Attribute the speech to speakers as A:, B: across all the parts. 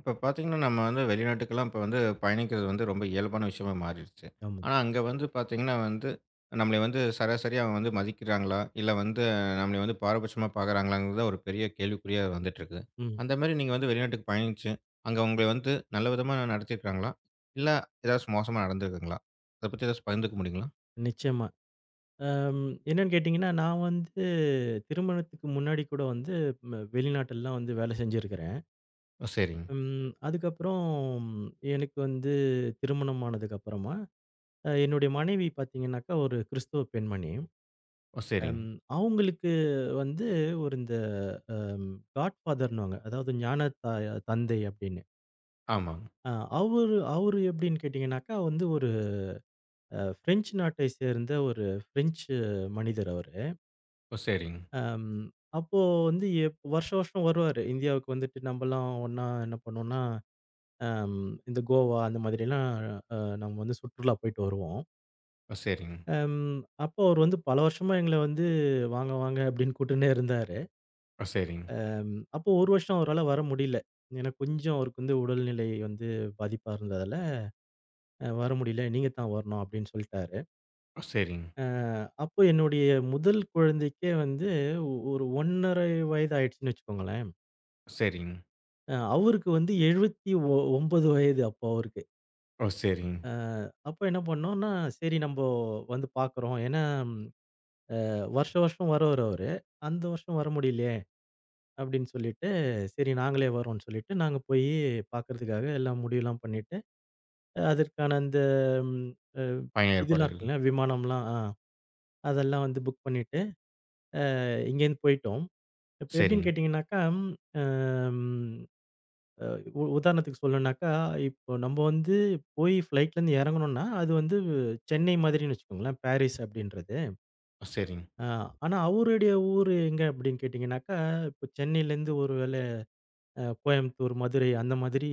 A: இப்ப பார்த்தீங்கன்னா, நம்ம வந்து வெளிநாட்டுக்கெல்லாம் இப்ப வந்து பயணிக்கிறது வந்து ரொம்ப இயல்பான விஷயமா மாறிடுச்சு.
B: ஆமா.
A: ஆனா, அங்க வந்து பார்த்தீங்கன்னா வந்து, நம்மள வந்து சராசரியா வந்து மதிக்கிறாங்களா? இல்ல வந்து நம்மள வந்து பாரபட்சமா பார்க்குறாங்களாங்கிறது தான் ஒரு பெரிய கேள்விக்குறியா வந்துட்டுருக்கு.
B: ம்.
A: அந்த மாரி நீங்க வந்து வெளிநாட்டுக்கு பயணிச்சு, அங்க உங்கள வந்து நல்ல விதமா நடத்தியிருக்காங்களா? இல்ல ஏதாச்சும் மோசமா நடந்திருக்குங்களா? அத பத்தி ஏதாச்சும் பகிர்ந்துக்க முடியுங்களா?
B: நிச்சயமா. என்னன்னு கேட்டீங்கன்னா, நான் வந்து திருமணத்துக்கு முன்னாடி கூட வந்து வெளிநாட்டெல்லாம் வந்து வேலை செஞ்சிருக்கிறேன்.
A: ஓ! சரிங்க.
B: ம். அதுக்கப்புறம் எனக்கு வந்து திருமணம் ஆனதுக்கு அப்புறமா, என்னுடைய மனைவி பார்த்தீங்கன்னாக்கா ஒரு கிறிஸ்துவ பெண்மணி.
A: ஓ! சரிங்க.
B: அம் அவங்களுக்கு வந்து ஒரு இந்த அம் காட்ஃபாதர்ன்னுவாங்க. அதாவது ஞான தந்தை அப்படின்னு.
A: ஆமாங்க.
B: அ அவரு அவரு எப்படின்னு கேட்டீங்கன்னாக்கா வந்து ஒரு பிரெஞ்சு நாட்டை சேர்ந்த ஒரு பிரெஞ்சு மனிதர் அவரு.
A: ஓ! சரிங்க.
B: அம், அப்போ வந்து வருஷம் வருஷம் வருவாரு. இந்தியாவுக்கு வந்துட்டு நம்பலாம் ஒண்ணா என்ன பண்ணுவோம்னா, அம் இந்த கோவா அந்த மாதிரிலாம் நம்ம வந்து சுற்றுலா போயிட்டு வருவோம்.
A: ஓ! சரிங்க.
B: அம் அப்போ அவர் வந்து பல வருஷமா எங்கள வந்து வாங்க, வாங்க அப்படின்னு கூட்டுன்னே இருந்தாரு.
A: ஓ! சரிங்க.
B: அப்போ ஒரு வருஷம் அவரால வர முடியல. ஏன்னா கொஞ்சம் அவருக்கு வந்து உடல்நிலை வந்து பாதிப்பா இருந்ததால, வர முடியல. நீங்க தான் வரணும் அப்படின்னு சொல்லிட்டாரு.
A: ஓ! சரிங்க.
B: அ அப்போ என்னுடைய முதல் குழந்தைக்கே வந்து ஒரு 1½ வயது ஆயிடுச்சுன்னு வச்சுக்கோங்களேன்.
A: ஓ சரிங்க.
B: அவருக்கு வந்து 79 வயது அப்போ அவருக்கு.
A: ஓ! சரிங்க.
B: அ அப்ப என்ன பண்ணோம்னா, சரி நம்போ வந்து பார்க்குறோம். ஏன்னா, வருஷம் வருஷம் வருவாரு அவரு. அந்த வருஷம் வர முடியலையே அப்படின்னு சொல்லிட்டு, சரி நாங்களே வரோம்ன்னு சொல்லிட்டு, நாங்க போயி பார்க்கறதுக்காக எல்லாம் முடிவுலாம் பண்ணிட்டு, அதற்கான அந்த ம் அ
A: பயண
B: இதெல்லாம்
A: ஏற்பாடுகள்.
B: இருக்குல்ல, விமானம்லாம் அதெல்லாம் வந்து புக் பண்ணிட்டு, இங்கேருந்து போயிட்டோம். இப்ப எப்படின்னு
A: சரிங்க.
B: கேட்டீங்கன்னாக்கா, அம் அ உதாரணத்துக்கு சொல்லணும்னாக்கா, இப்போ நம்ம வந்து போய் ஃப்ளைட்லேருந்து இறங்கணும்னா, அது வந்து சென்னை மாதிரின்னு வச்சுக்கோங்களேன், பாரிஸ் அப்படின்றது.
A: சரிங்க.
B: அ ஆனா அவருடைய ஊரு எங்க அப்படின்னு கேட்டிங்கனாக்கா, இப்போ சென்னையிலேருந்து ஒரு வேள கோயம்புத்தூர், மதுரை அந்த மாதிரி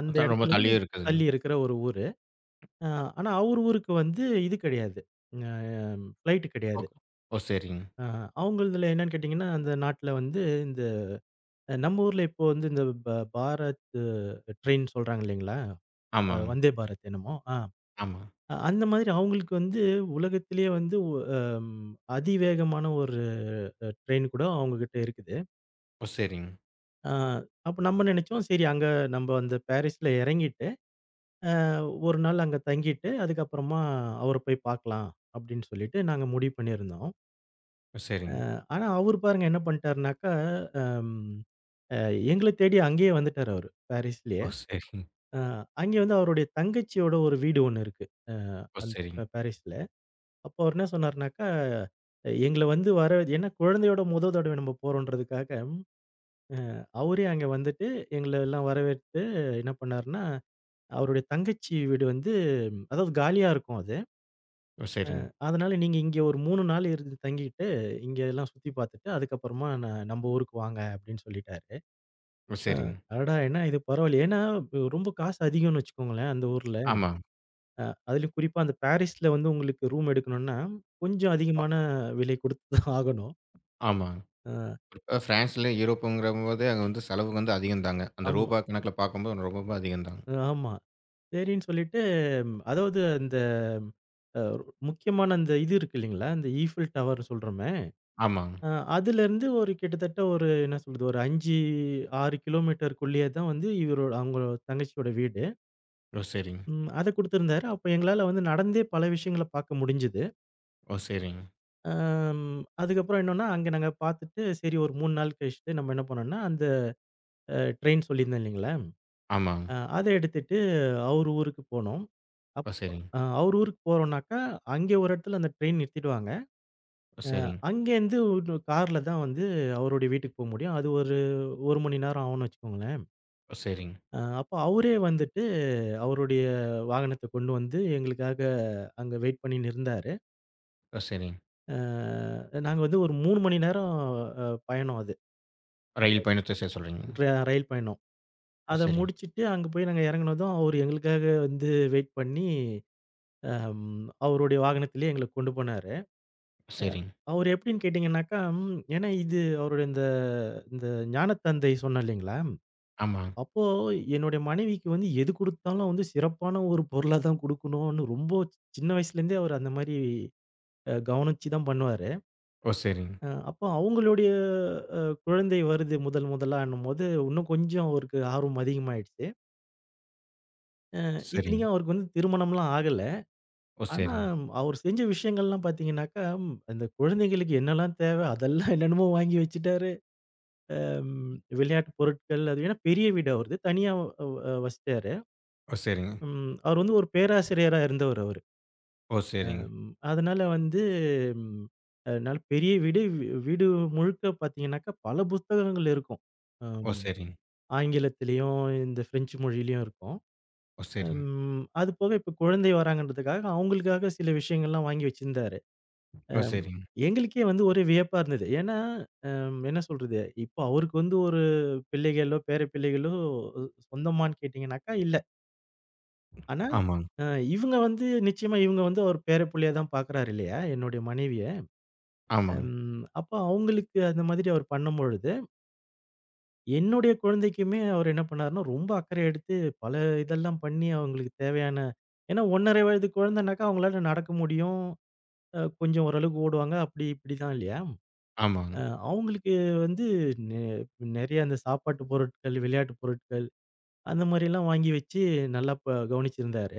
B: அந்த
A: அதான் ரொம்ப
B: இடத்துலேருந்து
A: தள்ளியே இருக்குதுங்க.
B: தள்ளி இருக்கிற ஒரு ஊரு. அ ஆனா அவர் ஊருக்கு வந்து இது கிடையாது. அ ஃப்ளைட் கிடையாது.
A: ஓக் ஓ! சரிங்க.
B: அ அவங்களதுல என்னன்னு கேட்டிங்கன்னா, அந்த நாட்ல வந்து இந்த நம்ம ஊர்ல இப்போ வந்து இந்த பாரத் ட்ரெயின் சொல்றாங்க இல்லைங்களா?
A: ஆமாங்க.
B: வந்தே பாரத் என்னமோ! ஆ.
A: ஆமா.
B: அந்த மாதிரி அவங்களுக்கு வந்து உலகத்திலேயே வந்து அம் அதிவேகமான ஒரு ட்ரெயின் கூட அவங்ககிட்ட இருக்குது.
A: ஓ! சரிங்க.
B: ஆ அப்ப நம்ம நினைச்சோம், சரி அங்க நம்ப அந்த பாரிஸ்ல இறங்கிட்டு, அ ஒரு நாள் அங்க தங்கிட்டு, அதுக்கப்புறமா அவர போய் பார்க்கலாம் அப்படின்னு சொல்லிட்டு நாங்க முடிவு பண்ணியிருந்தோம்.
A: ஓ! சரிங்க.
B: ஆனா அவரு பாருங்க என்ன பண்ணிட்டாருனாக்கா, அம் அ எங்கள தேடி அங்கேயே வந்துட்டாரு அவரு, பாரிஸ்லயே.
A: ஓ! சரிங்க.
B: அ அங்கே வந்து அவருடைய தங்கச்சியோட ஒரு வீடு ஒண்ணு இருக்கு. அ
A: ஓ!
B: அந்த
A: சரிங்க.
B: பாரிஸ்ல. அப்போ அவரு என்ன சொன்னாருனாக்கா, எங்கள வந்து வர ஏன்னா குழந்தையோட தடவை நம்ம போறோம்ன்றதுக்காக, அவரே அங்க வந்துட்டு எங்கள எல்லாம் வரவேற்று என்ன பண்ணாருன்னா, அவருடைய தங்கச்சி வீடு வந்து அதாவது காலியா இருக்கும் அது.
A: ஓ! சரிங்க.
B: அதனால நீங்க இங்க ஒரு 3 நாள் இருந்து தங்கிட்டு, இங்க எல்லாம் சுத்தி பார்த்துட்டு அதுக்கப்புறமா நம்ம ஊருக்கு வாங்க அப்படின்னு சொல்லிட்டாரு.
A: ஓ!
B: அ
A: சரிங்க.
B: அடடா! என்ன இது பரவாயில்லையே. ஏன்னா இப்ப ரொம்ப காசு அதிகம்னு வச்சுக்கோங்களேன் அந்த ஊர்ல.
A: ஆமா.
B: அ அதிலும் குறிப்பா அந்த பாரிஸ்ல வந்து உங்களுக்கு ரூம் எடுக்கணும்னா, கொஞ்சம்
A: அ
B: அதிகமான விலை கொடுத்து தான் ஆகணும்.
A: ஆமாங்க.
B: அ
A: ஃப்ரான்ஸ்ல யூரோப்புங்கிறபோது அங்க வந்து செலவு வந்து அதிகம் தாங்க. அந்த
B: ஆமா.
A: ரூபா கணக்குல பார்க்கும்போது ரொம்ப, ரொம்ப அதிகம் தாங்க.
B: ஆமா. சரின்னு சொல்லிட்டு, அதாவது அந்த அ முக்கியமான அந்த இது இருக்கு இல்லைங்களா? அந்த ஈஃபில் டவர்ன்னு சொல்றோமே,
A: ஆமாங்க.
B: அ அதுலருந்து ஒரு கிட்டத்தட்ட ஒரு என்ன சொல்றது? ஒரு 5, 6 கிலோமீட்டருக்குள்ளேயே தான் வந்து இவரோட அவங்க தங்கச்சியோட வீடு.
A: ஓ! சரிங்க.
B: ம் அத குடுத்துருந்தாரு. அப்ப எங்களால வந்து நடந்தே பல விஷயங்கள பார்க்க முடிஞ்சது.
A: ஓ! சரிங்க.
B: அம் அதுக்கப்புறம் என்னன்னா, அங்க நாங்க பார்த்துட்டு, சரி ஒரு 3 நாள் கழிச்சுட்டு நம்ம என்ன பண்ணோம்னா, அந்த ட்ரெயின் சொல்லியிருந்தேன் இல்லைங்களா?
A: ஆமாங்க.
B: அத எடுத்துட்டு அவர் ஊருக்கு போனோம். அப்
A: ஓ! சரிங்க.
B: அவர் ஊருக்கு போறோம்னாக்கா, அங்கே ஒரு இடத்துல அந்த ட்ரெயின் நிறுத்திடுவாங்க.
A: ஓ! சரிங்க.
B: அங்கேருந்து இன்னும் கார்ல தான் வந்து அவருடைய வீட்டுக்கு போ முடியும். அது ஒரு 1 மணி நேரம் ஆகும்னு வச்சுக்கோங்களேன்.
A: ஓ! சரிங்க.
B: அப்போ அவரே வந்துட்டு அவருடைய வாகனத்த கொண்டு வந்து எங்களுக்காக அங்க வெயிட் பண்ணின்னு இருந்தாரு.
A: ஓ! சரிங்க.
B: அ நாங்க வந்து ஒரு 3 மணி நேரம் அ பயணம் அது.
A: ரயில் பயணத்த செய்ய சொல்றீங்க.
B: ட்ர ரயில் பயணம்.
A: ஓ!
B: அத
A: சரிங்க.
B: முடிச்சுட்டு அங்க போய் நாங்க இறங்குனதும், அவரு எங்களுக்காக வந்து வெயிட் பண்ணி அம் அவருடைய வாகனத்திலேயே எங்கள கொண்டு போனாரு.
A: சரிங்க.
B: அவரு எப்படின்னு கேட்டீங்கன்னாக்கா, ஏன்னா இது அவருடைய இந்த இந்த ஞானத்தந்தை சொன்னேன் இல்லைங்களா?
A: ஆமாங்க.
B: அப்போ என்னுடைய மனைவிக்கு வந்து எது குடுத்தாலும் வந்து சிறப்பான ஒரு பொருளா தான் குடுக்கணும்னு ரொம்ப சின்ன வயசுலேருந்தே அவரு அந்த மாரி கவனிச்சு தான் பண்ணுவாரு.
A: ஓ! சரிங்க.
B: அப்போ அவங்களுடைய குழந்தை வருது முதல் முதலான்னும்போது, இன்னும் கொஞ்சம் அவருக்கு ஆர்வம் அதிகமாயிடுச்சு.
A: சரிங்க.
B: இத்தனைக்கும் அவருக்கு வந்து திருமணம்லாம் ஆகல.
A: ஓ!
B: ஆனா
A: சரிங்க. ஓ! சரிங்க.
B: அவரு செஞ்ச விஷயங்கள்லாம் பார்த்தீங்கன்னாக்கா, அந்த குழந்தைங்களுக்கு என்னலாம் தேவை அதெல்லாம் என்னென்னமோ வாங்கி வச்சுட்டாரு. ம் விளையாட்டு பொருட்கள் அது ஏன்னா பெரிய வீடு அவரது. தனியா வசிச்சாரு.
A: ஓ சரிங்க.
B: ம் அவர் வந்து ஒரு பேராசிரியரா இருந்தவர் அவரு.
A: ஓ! சரிங்க.
B: அதனால வந்து ம் அதனால பெரிய வீடு. வீடு முழுக்க பார்த்தீங்கன்னாக்கா பல புத்தகங்கள் இருக்கும். அம்
A: ஓ! சரிங்க.
B: ஆங்கிலத்திலயும், இந்த பிரெஞ்சு மொழியிலயும் இருக்கும்.
A: ஓ! சரிங்க.
B: ம் அது போக இப்ப குழந்தை வராங்கன்றதுக்காக அவங்களுக்காக சில விஷயங்கள்லாம் வாங்கி வச்சிருந்தாரு. அ
A: ஓ! சரிங்க.
B: எங்களுக்கே வந்து ஒரே வியப்பா இருந்தது. ஏன்னா, என்ன சொல்றது? இப்போ அவருக்கு வந்து ஒரு பிள்ளைகளோ, பேர பிள்ளைகளோ சொந்தமான்னு கேட்டீங்கன்னாக்கா, இல்ல. ஆனா,
A: ஆமாங்க.
B: அ இவுங்க வந்து அவர் பேர புள்ளையா தான் பார்க்குறாரு இல்லையா? என்னுடைய மனைவிய.
A: ஆமாங்க.
B: ம் அப்போ அவுங்களுக்கு அந்த மாதிரி அவர் பண்ணும்பொழுது, என்னுடைய குழந்தைக்குமே அவர் என்ன பண்ணாருன்னா, ரொம்ப அக்கறை எடுத்து பல இதெல்லாம் பண்ணி அவங்களுக்கு தேவையான ஏன்னா 1½ வயது குழந்தைனாக்கா, அவங்களால நடக்க முடியும். கொஞ்சம் ஓரளவுக்கு ஓடுவாங்க. அப்படி இப்படி தான் இல்லையா?
A: ஆமாங்க.
B: அ அவங்களுக்கு வந்து நெ நெறைய அந்த சாப்பாட்டு பொருட்கள், விளையாட்டு பொருட்கள் அந்த மாரிலாம் வாங்கி வச்சு நல்லா கவனிச்சிருந்தாரு.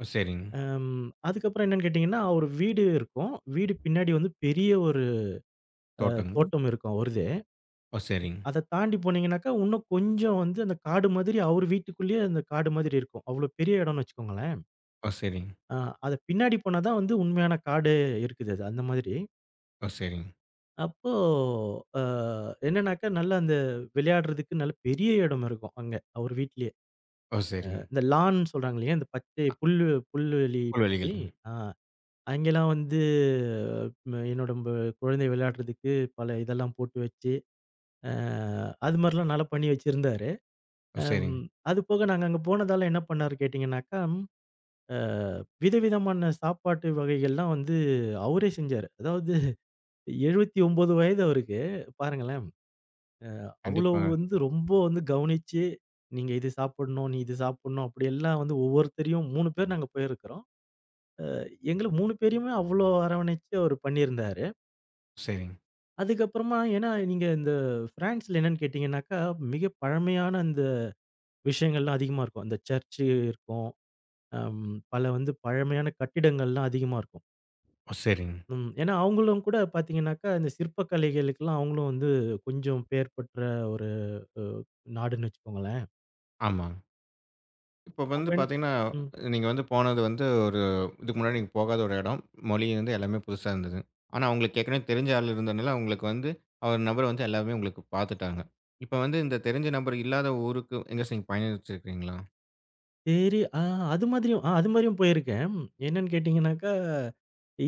A: ஓ! சரிங்க.
B: அதுக்கப்புறம் என்னன்னு கேட்டீங்கன்னா, ஒரு வீடு இருக்கும். வீடு பின்னாடி வந்து பெரிய ஒரு
A: தோட்டங்க.
B: தோட்டம் இருக்கும் அவருது.
A: ஓ! சரிங்க.
B: அத தாண்டி போனீங்கன்னாக்கா, இன்னும் கொஞ்சம் வந்து அந்த காடு மாதிரி அவரு வீட்டுக்குள்ளேயே அந்த காடு மாதிரி இருக்கும். அவ்ளோ பெரிய இடம்னு வச்சுக்கோங்களேன்.
A: ஓ! சரிங்க.
B: அ அத பின்னாடி போனா தான் வந்து உண்மையான காடு இருக்குது அது. அந்த மாதிரி.
A: ஓ! சரிங்க.
B: அப்போ அ என்னன்னாக்கா, நல்லா அந்த விளையாடுறதுக்கு நல்ல பெரிய இடம் இருக்கும் அங்க, அவரு வீட்லயே.
A: ஓ! சரிங்க.
B: இந்த லான் சொல்றாங்க இல்லையா? இந்த பச்சை
A: அ
B: புல்லு புல்வெளி பகுதி.
A: புல்வெளிகள்.
B: ஆ அங்கேலாம் வந்து என்னோட குழந்தை விளையாடுறதுக்கு பல இதெல்லாம் போட்டு வச்சு, அ அது மாரிலாம் நல்லா பண்ணி வச்சிருந்தாரு.
A: ஓ! சரிங்க.
B: அம் அது போக நாங்க அங்க போனதால என்ன பண்ணாரு கேட்டீங்கன்னாக்கா, அ விதவிதமான சாப்பாட்டு வகைகள்லாம் வந்து அவரே செஞ்சாரு. அதாவது 79 வயது அவருக்கு. பாருங்களேன். அவ்வளோ
A: கண்டிப்பா.
B: வந்து ரொம்ப வந்து கவனிச்சு, நீங்க இது சாப்பிடணும், நீ இது சாப்பிடணும் அப்படியெல்லாம் வந்து ஒவ்வொருத்தரையும் 3 பேர் நாங்க போயிருக்கிறோம். எங்கள 3 பேரையுமே அவ்ளோ அரவணைச்சு அவரு பண்ணியிருந்தாரு.
A: சரிங்க.
B: அதுக்கப்புறமா ஏன்னா நீங்க இந்த பிரான்ஸ்ல என்னன்னு கேட்டீங்கன்னாக்கா, மிக பழமையான அந்த விஷயங்கள்லாம் அதிகமா இருக்கும். அந்த சர்ச்சு இருக்கும். பல வந்து பழமையான கட்டிடங்கள்லாம் அதிகமா இருக்கும்.
A: ஓ! சரிங்க.
B: ம். ஏன்னா அவங்களும் கூட பார்த்தீங்கன்னாக்கா, இந்த சிற்பக்கலைகளுக்கெல்லாம் அவங்களும் வந்து கொஞ்சம் பேர் பெற்ற ஒரு அ நாடுன்னு வச்சுக்கோங்களேன்.
A: ஆமாங்க. இப்போ
B: அப்ப
A: வந்து
B: என்
A: பார்த்தீங்கன்னா,
B: ம்.
A: நீங்க வந்து போனது வந்து ஒரு இதுக்கு முன்னாடி நீங்க போகாத ஒரு இடம். மொழி வந்து எல்லாமே புதுசா இருந்தது. ஆனா, உங்களுக்கு ஏற்கனவே தெரிஞ்ச ஆள் இருந்தனால, உங்களுக்கு வந்து அவர் நபர் வந்து எல்லாமே உங்களுக்கு பார்த்துட்டாங்க. இப்ப வந்து இந்த தெரிஞ்ச நபர் இல்லாத ஊருக்கு எங்கேயாச்சும் நீங்க பயணிச்சிருக்கிறீங்களா?
B: சரி. அது மாதிரியும் போயிருக்கேன். என்னன்னு கேட்டீங்கன்னாக்கா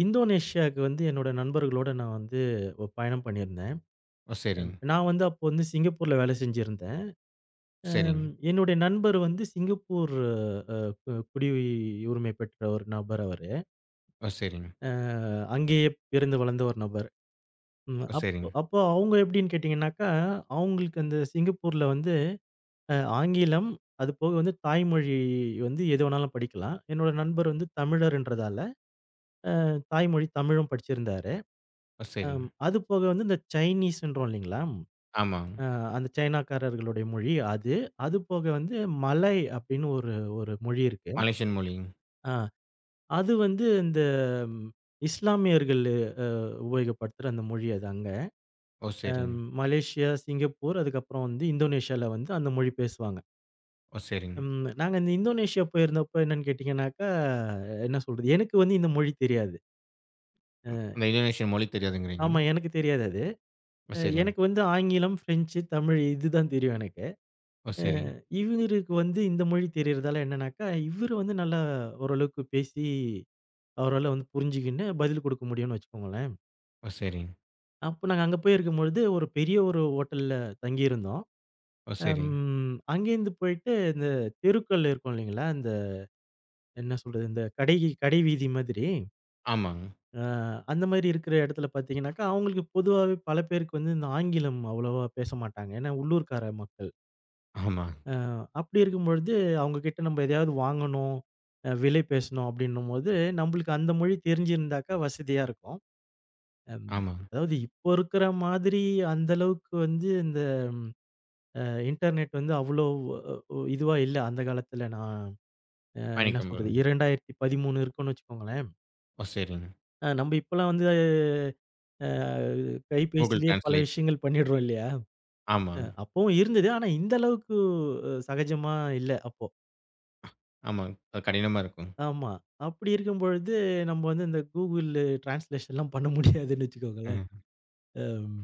B: இந்தோனேஷியாவுக்கு வந்து என்னோட நண்பர்களோட நான் வந்து பயணம் பண்ணியிருந்தேன்.
A: ஓ! சரிங்க,
B: நான் வந்து அப்போ வந்து சிங்கப்பூர்ல வேலை செஞ்சிருந்தேன். ம்
A: சரிங்க.
B: என்னுடைய நண்பர் வந்து சிங்கப்பூர் அ குடியுரிமை பெற்ற ஒரு நபர் அவரு.
A: ஓ! சரிங்க,
B: அ அங்கேயே பிறந்து வளர்ந்த ஒரு நபர். ம்
A: ஓ!
B: அப்போ
A: சரிங்க,
B: அப்போ அவங்க எப்படின்னு கேட்டீங்கன்னாக்கா, அவங்களுக்கு அந்த சிங்கப்பூர்ல வந்து ஆங்கிலம், அதுபோக வந்து தாய்மொழி வந்து எது வேணாலும் படிக்கலாம். என்னோட நண்பர் வந்து தமிழர்ன்றதால, தாய்மொழி தமிழும் படிச்சிருந்தாரு.
A: ஓ! சரிங்க.
B: அதுபோக வந்து இந்த சைனீஸ்ன்றோம் இல்லைங்களா?
A: ஆமாங்க.
B: அ அந்த சைனாக்காரர்களுடைய மொழி அது. அது போக வந்து மலை அப்படின்னு ஒரு ஒரு மொழி இருக்கு.
A: மலேசியன் மொழிங்க.
B: ஆ அது வந்து இந்த ம் இஸ்லாமியர்கள் அ உபயோகப்படுத்துற அந்த மொழி அது அங்க.
A: ஓ! சரிங்க,
B: மலேசியா, சிங்கப்பூர் அதுக்கப்புறம் வந்து இந்தோனேஷியால வந்து அந்த மொழி பேசுவாங்க.
A: ஓ! சரிங்க.
B: ம் நாங்க இந்த இந்தோனேஷியா போயிருந்தப்ப என்னன்னு கேட்டீங்கன்னாக்கா, என்ன சொல்றது? எனக்கு வந்து இந்த மொழி தெரியாது.
A: ம்,
B: அ
A: அந்த இந்தோனேஷியன் மொழி
B: ஆமா
A: தெரியாதுங்கிறீங்களா?
B: எனக்கு தெரியாது அது.
A: ஓ! சரிங்க,
B: எனக்கு வந்து ஆங்கிலம், பிரெஞ்சு, தமிழ் இதுதான் தெரியும் எனக்கு.
A: ஓ!
B: அ
A: சரிங்க,
B: இவருக்கு வந்து இந்த மொழி தெரியறதால என்னன்னாக்கா, இவரு வந்து நல்லா ஓரளவுக்கு பேசி அவரால வந்து புரிஞ்சுக்கின்னு பதில் குடுக்க முடியும்னு வச்சுக்கோங்களேன்.
A: ஓ! சரிங்க,
B: அப்போ நாங்க அங்க போய் இருக்கும்பொழுது ஒரு பெரிய ஒரு ஹோட்டல்ல தங்கியிருந்தோம்.
A: ஓ! சரிங்க.
B: அங்கேருந்து போயிட்டு இந்த தெருக்கள்ல இருக்கும் இல்லைங்களா? இந்த என்ன சொல்றது? இந்த கடை கடை வீதி மாதிரி.
A: ஆமாங்க,
B: அ அந்த மாரி இருக்கிற இடத்துல பார்த்தீங்கன்னாக்கா, அவங்களுக்கு பொதுவாவே பல பேருக்கு வந்து இந்த ஆங்கிலம் அவ்வளவா பேச மாட்டாங்க. ஏன்னா உள்ளூர்க்கார மக்கள்.
A: ஆமாங்க,
B: அ அப்படி இருக்கும்பொழுது, அவங்க கிட்ட நம்ம எதையாவது வாங்கணும், விலை பேசணும் அப்படின்னும்போது, நம்மளுக்கு அந்த மொழி தெரிஞ்சிருந்தாக்கா வசதியா இருக்கும். அம்
A: ஆமாங்க.
B: அதாவது இப்போ இருக்கிற மாதிரி அந்த அளவுக்கு வந்து இந்த இன்டர்நெட் வந்து அவ்வளோ இதுவா இல்ல அந்த காலத்துல. நான் என்ன
A: பயணிக்க
B: சொல்றது
A: முடியாதுங்க.
B: 2013 இருக்குன்னு வச்சுக்கோங்களேன்.
A: ஓ! சரிங்க.
B: நம்ம இப்பலாம் வந்து
A: Google
B: கைபேசியிலேயே பல
A: Translate.
B: விஷயங்கள் பண்ணிடுறோம் இல்லையா?
A: ஆமாங்க,
B: அப்பவும் இருந்தது. ஆனா இந்த அளவுக்கு சகஜமா இல்ல அப்போ.
A: ஆமாங்க. அது கடினமா இருக்கும்.
B: ஆமா. அப்படி இருக்கும் பொழுது, நம்ம வந்து இந்த Google டிரான்ஸ்லேஷன்லாம் பண்ண முடியாதுன்னு வச்சுக்கோங்களேன்.
A: ம்.
B: அம்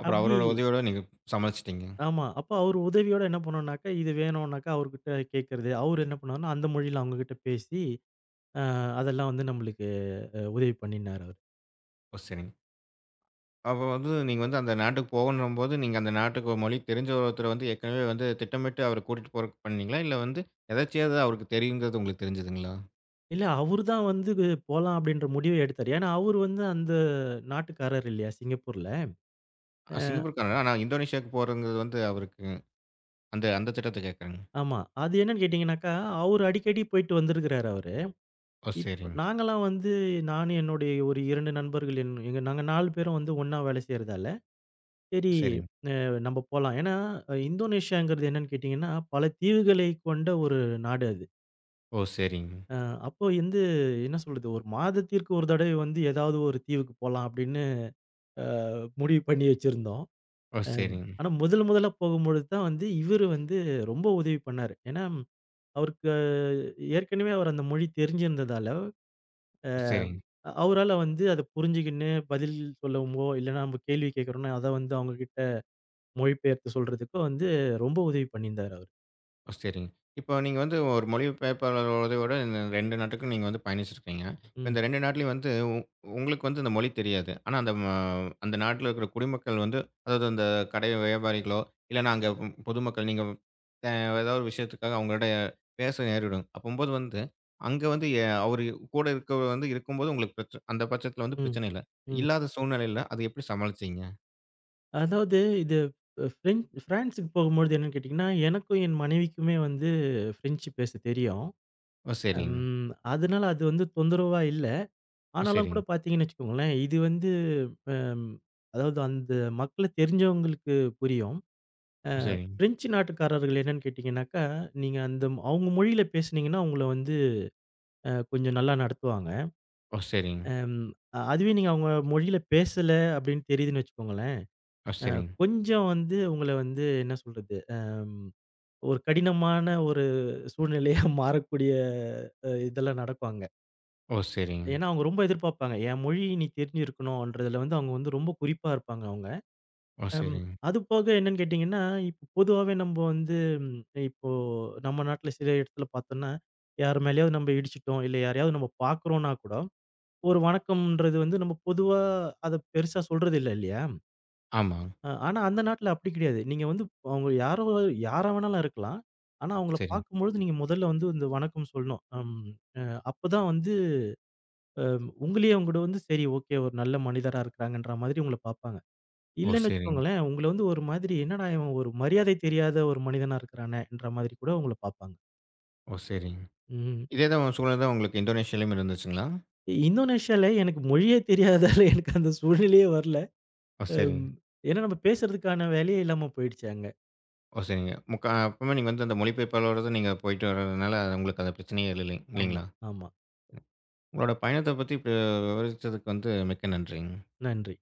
A: அப்புறம்
B: அப்படி
A: அவரோட உதவியோட நீங்க சமாளிச்சுட்டீங்க.
B: ஆமா. அப்ப அவர் உதவியோட என்ன பண்ணோம்னாக்கா, இது வேணும்னாக்கா அவர்கிட்ட கேட்கறது. அவரு என்ன பண்ணாருன்னா, அந்த மொழியில அவங்ககிட்ட பேசி, அ அதெல்லாம் வந்து நம்மளுக்கு உதவி பண்ணினாரு அவரு.
A: ஓ! சரிங்க. அப்ப வந்து நீங்க வந்து அந்த நாட்டுக்கு போகணும்போது, நீங்க அந்த நாட்டுக்கு மொழி தெரிஞ்ச ஒருத்தர வந்து ஏற்கனவே வந்து திட்டமிட்டு அவர கூட்டிட்டு போறக்கு பண்ணீங்களா? இல்ல வந்து எதர்ச்சியா அது அவருக்கு தெரியுங்கிறது உங்களுக்கு தெரிஞ்சதுங்களா?
B: இல்ல அவரு தான் வந்து போலாம் அப்படின்ற முடிவே எடுத்தாரு. ஏன்னா, அவரு வந்து அந்த நாட்டுக்காரர் இல்லையா? சிங்கப்பூர்ல. அ
A: சிங்கப்பூர் கனடா. ஆனா இந்தோனேஷியாவுக்கு போறங்கிறது வந்து அவருக்கு அந்த அந்த திட்டத்த கேட்கிறேங்க.
B: ஆமா. அது என்னன்னு கேட்டீங்கன்னாக்கா, அவரு அடிக்கடி போயிட்டு வந்திருக்கிறாரு அவரு.
A: ஓ!
B: இப்ப
A: சரிங்க,
B: நாங்கலாம் வந்து நானும் என்னுடைய ஒரு 2 நண்பர்கள் எங்க நாங்க 4 பேரும் வந்து ஒண்ணா வேலை செய்றதால, சரி
A: சரிங்க.
B: அ நம்ம போலாம். ஏன்னா, இந்தோனேஷியாங்கிறது என்னன்னு கேட்டீங்கன்னா, பல தீவுகளை கொண்ட ஒரு நாடு அது.
A: ஓ! சரிங்க.
B: அ அப்போ வந்து என்ன சொல்றது, ஒரு மாதத்திற்கு ஒரு தடவை வந்து ஏதாவது ஒரு தீவுக்கு போலாம் அப்படின்னு அ முடிவு பண்ணி வச்சிருந்தோம்.
A: ஓ!
B: அம்
A: சரிங்க,
B: ஆனா முதல் முதலா போகும்பொழுது தான் வந்து இவரு வந்து ரொம்ப உதவி பண்ணாரு. ஏன்னா, அவருக்கு ஏற்கனவே அவர் அந்த மொழி தெரிஞ்சிருந்ததால
A: சரிங்க.
B: அவரால வந்து அத புரிஞ்சுகின்னு பதில் சொல்லவுமோ, இல்லன்னா நம்ம கேள்வி கேட்கிறோம்னா, அத வந்து அவங்க கிட்ட மொழிபெயர்த்து சொல்றதுக்கோ வந்து ரொம்ப உதவி பண்ணியிருந்தாரு அவரு.
A: ஓ! சரிங்க. இப்போ நீங்க வந்து ஒரு மொழிபெயர்ப்பாளரோட இந்த 2 நாட்டுக்கும் நீங்க வந்து பயணிச்சிருக்கீங்க. இப்ப
B: ம்,
A: இந்த 2 நாட்டிலயும் வந்து உங்களுக்கு வந்து இந்த மொழி தெரியாது. ஆனா அந்த அந்த நாட்டில இருக்கிற குடிமக்கள் வந்து அதாவது அந்த கடை வியாபாரிகளோ, இல்லன்னா அங்க ம் பொதுமக்கள் நீங்க அ ஏதாவது ஒரு விஷயத்துக்காக அவங்களோட பேச நேரிடும். அப்பம்போது வந்து அங்க வந்து அவரு கூட இருக்கவர் வந்து இருக்கும்போது உங்களுக்கு அந்த பட்சத்தில வந்து
B: ம்,
A: பிரச்சனை இல்ல.
B: ம்.
A: இல்லாத சூழ்நிலையில அத எப்படி சமாளிச்சீங்க?
B: அதாவது இது ஃபிரான்ஸுக்கு போகும்பொழுது என்னன்னு கேட்டீங்கன்னா, எனக்கும் என் மனைவிக்குமே வந்து ஃப்ரெஞ்சு பேச தெரியும்.
A: ஓ! சரிங்க.
B: ம். அதனால அது வந்து தொந்தரவா இல்ல.
A: ஓ!
B: ஆனாலும் கூட
A: சரிங்க.
B: பார்த்தீங்கன்னு வச்சுக்கோங்களேன், இது வந்து அம் அதாவது அந்த மக்கள தெரிஞ்சவங்களுக்கு புரியும்.
A: ஓ! சரிங்க.
B: பிரெஞ்ச் நாட்டுக்காரர்கள் என்னன்னு கேட்டீங்கன்னாக்கா, நீங்க அந்த அவங்க மொழியில பேசுனீங்கன்னா, உங்கள வந்து கொஞ்சம் நல்லா நடத்துவாங்க.
A: ஓ! சரிங்க.
B: அம் அதுவே நீங்க அவங்க மொழியில பேசல அப்படின்னு தெரியுதுன்னு வச்சுக்கோங்களேன்,
A: ஓ! சரிங்க. ஓ! சரிங்க.
B: கொஞ்சம் வந்து உங்கள வந்து என்ன சொல்றது, ஒரு கடினமான ஒரு சூழ்நிலையா மாறக்கூடிய இதெல்லாம் நடக்கும் அங்க.
A: ஓ! சரிங்க.
B: ஏன்னா அவங்க ரொம்ப எதிர்பார்ப்பாங்க. என் மொழி நீ தெரிஞ்சிருக்கணும்ன்றதுல வந்து அவங்க வந்து ரொம்ப குறிப்பா இருப்பாங்க அவங்க.
A: ஓ!
B: அம்.
A: சரிங்க.
B: அது போக என்னன்னு கேட்டீங்கன்னா, இப்போ பொதுவாவே நம்ப வந்து ம், இப்போ நம்ம நாட்ல சில இடத்துல பார்த்தோம்னா, யார் மேலயாவது நம்ம இடிச்சிட்டோம், இல்ல யாரையாவது நம்ம பார்க்குறோம்னா கூட, ஒரு வணக்கம்ன்றது வந்து நம்ம பொதுவா அத பெருசா சொல்றது இல்ல இல்லையா?
A: ஆமா.
B: ஆனா அந்த நாட்ல அப்படி கிடையாது. நீங்க வந்து அவங்க யாரோ யாரா வேணாலும் இருக்கலாம். ஆனா அவங்கள
A: சரிங்க.
B: பார்க்கும்பொழுது நீங்க முதல்ல வந்து இந்த வணக்கம் சொல்லணும். அ அப்பதான் வந்து அ உங்களையே அவங்க கூட வந்து சரி ஓகே ஒரு நல்ல மனிதரா இருக்கிறாங்கன்ற மாதிரி உங்கள பார்ப்பாங்க.
A: ஓ!
B: இல்லன்னு
A: சரிங்க.
B: வச்சுக்கோங்களேன், உங்கள வந்து ஒரு மாதிரி என்னடா இவன் ஒரு மரியாதை தெரியாத ஒரு மனிதனா இருக்கிறானேன்ற மாதிரி கூட உங்கள பார்ப்பாங்க.
A: ஓ! சரிங்க.
B: ம்.
A: இதே தான் உங்க சூழ்நிலை தான் உங்களுக்கு இந்தோனேஷியாலயும் இருந்துச்சுங்களா?
B: இந்தோனேஷியால எனக்கு மொழியே தெரியாதால எனக்கு அந்த சூழ்நிலையே வரல.
A: ஓ! சரிங்க.
B: அம் ஏன்னா நம்ம பேசுறதுக்கான வேலையே இல்லாம போயிடுச்சு அங்க.
A: ஓ! சரிங்க. முக்கா அப்பவுமே நீங்க வந்து அந்த மொழிபெயர்ப்பாளரோட நீங்க போயிட்டு வர்றதுனால உங்களுக்கு அந்த பிரச்சனையே இல்ல
B: ஆமா,
A: இல்லைங்களா?
B: ஆமா.
A: உங்களோட பயணத்த பத்தி இப்ப விவரிச்சதுக்கு வந்து மிக்க நன்றிங்க.
B: நன்றி.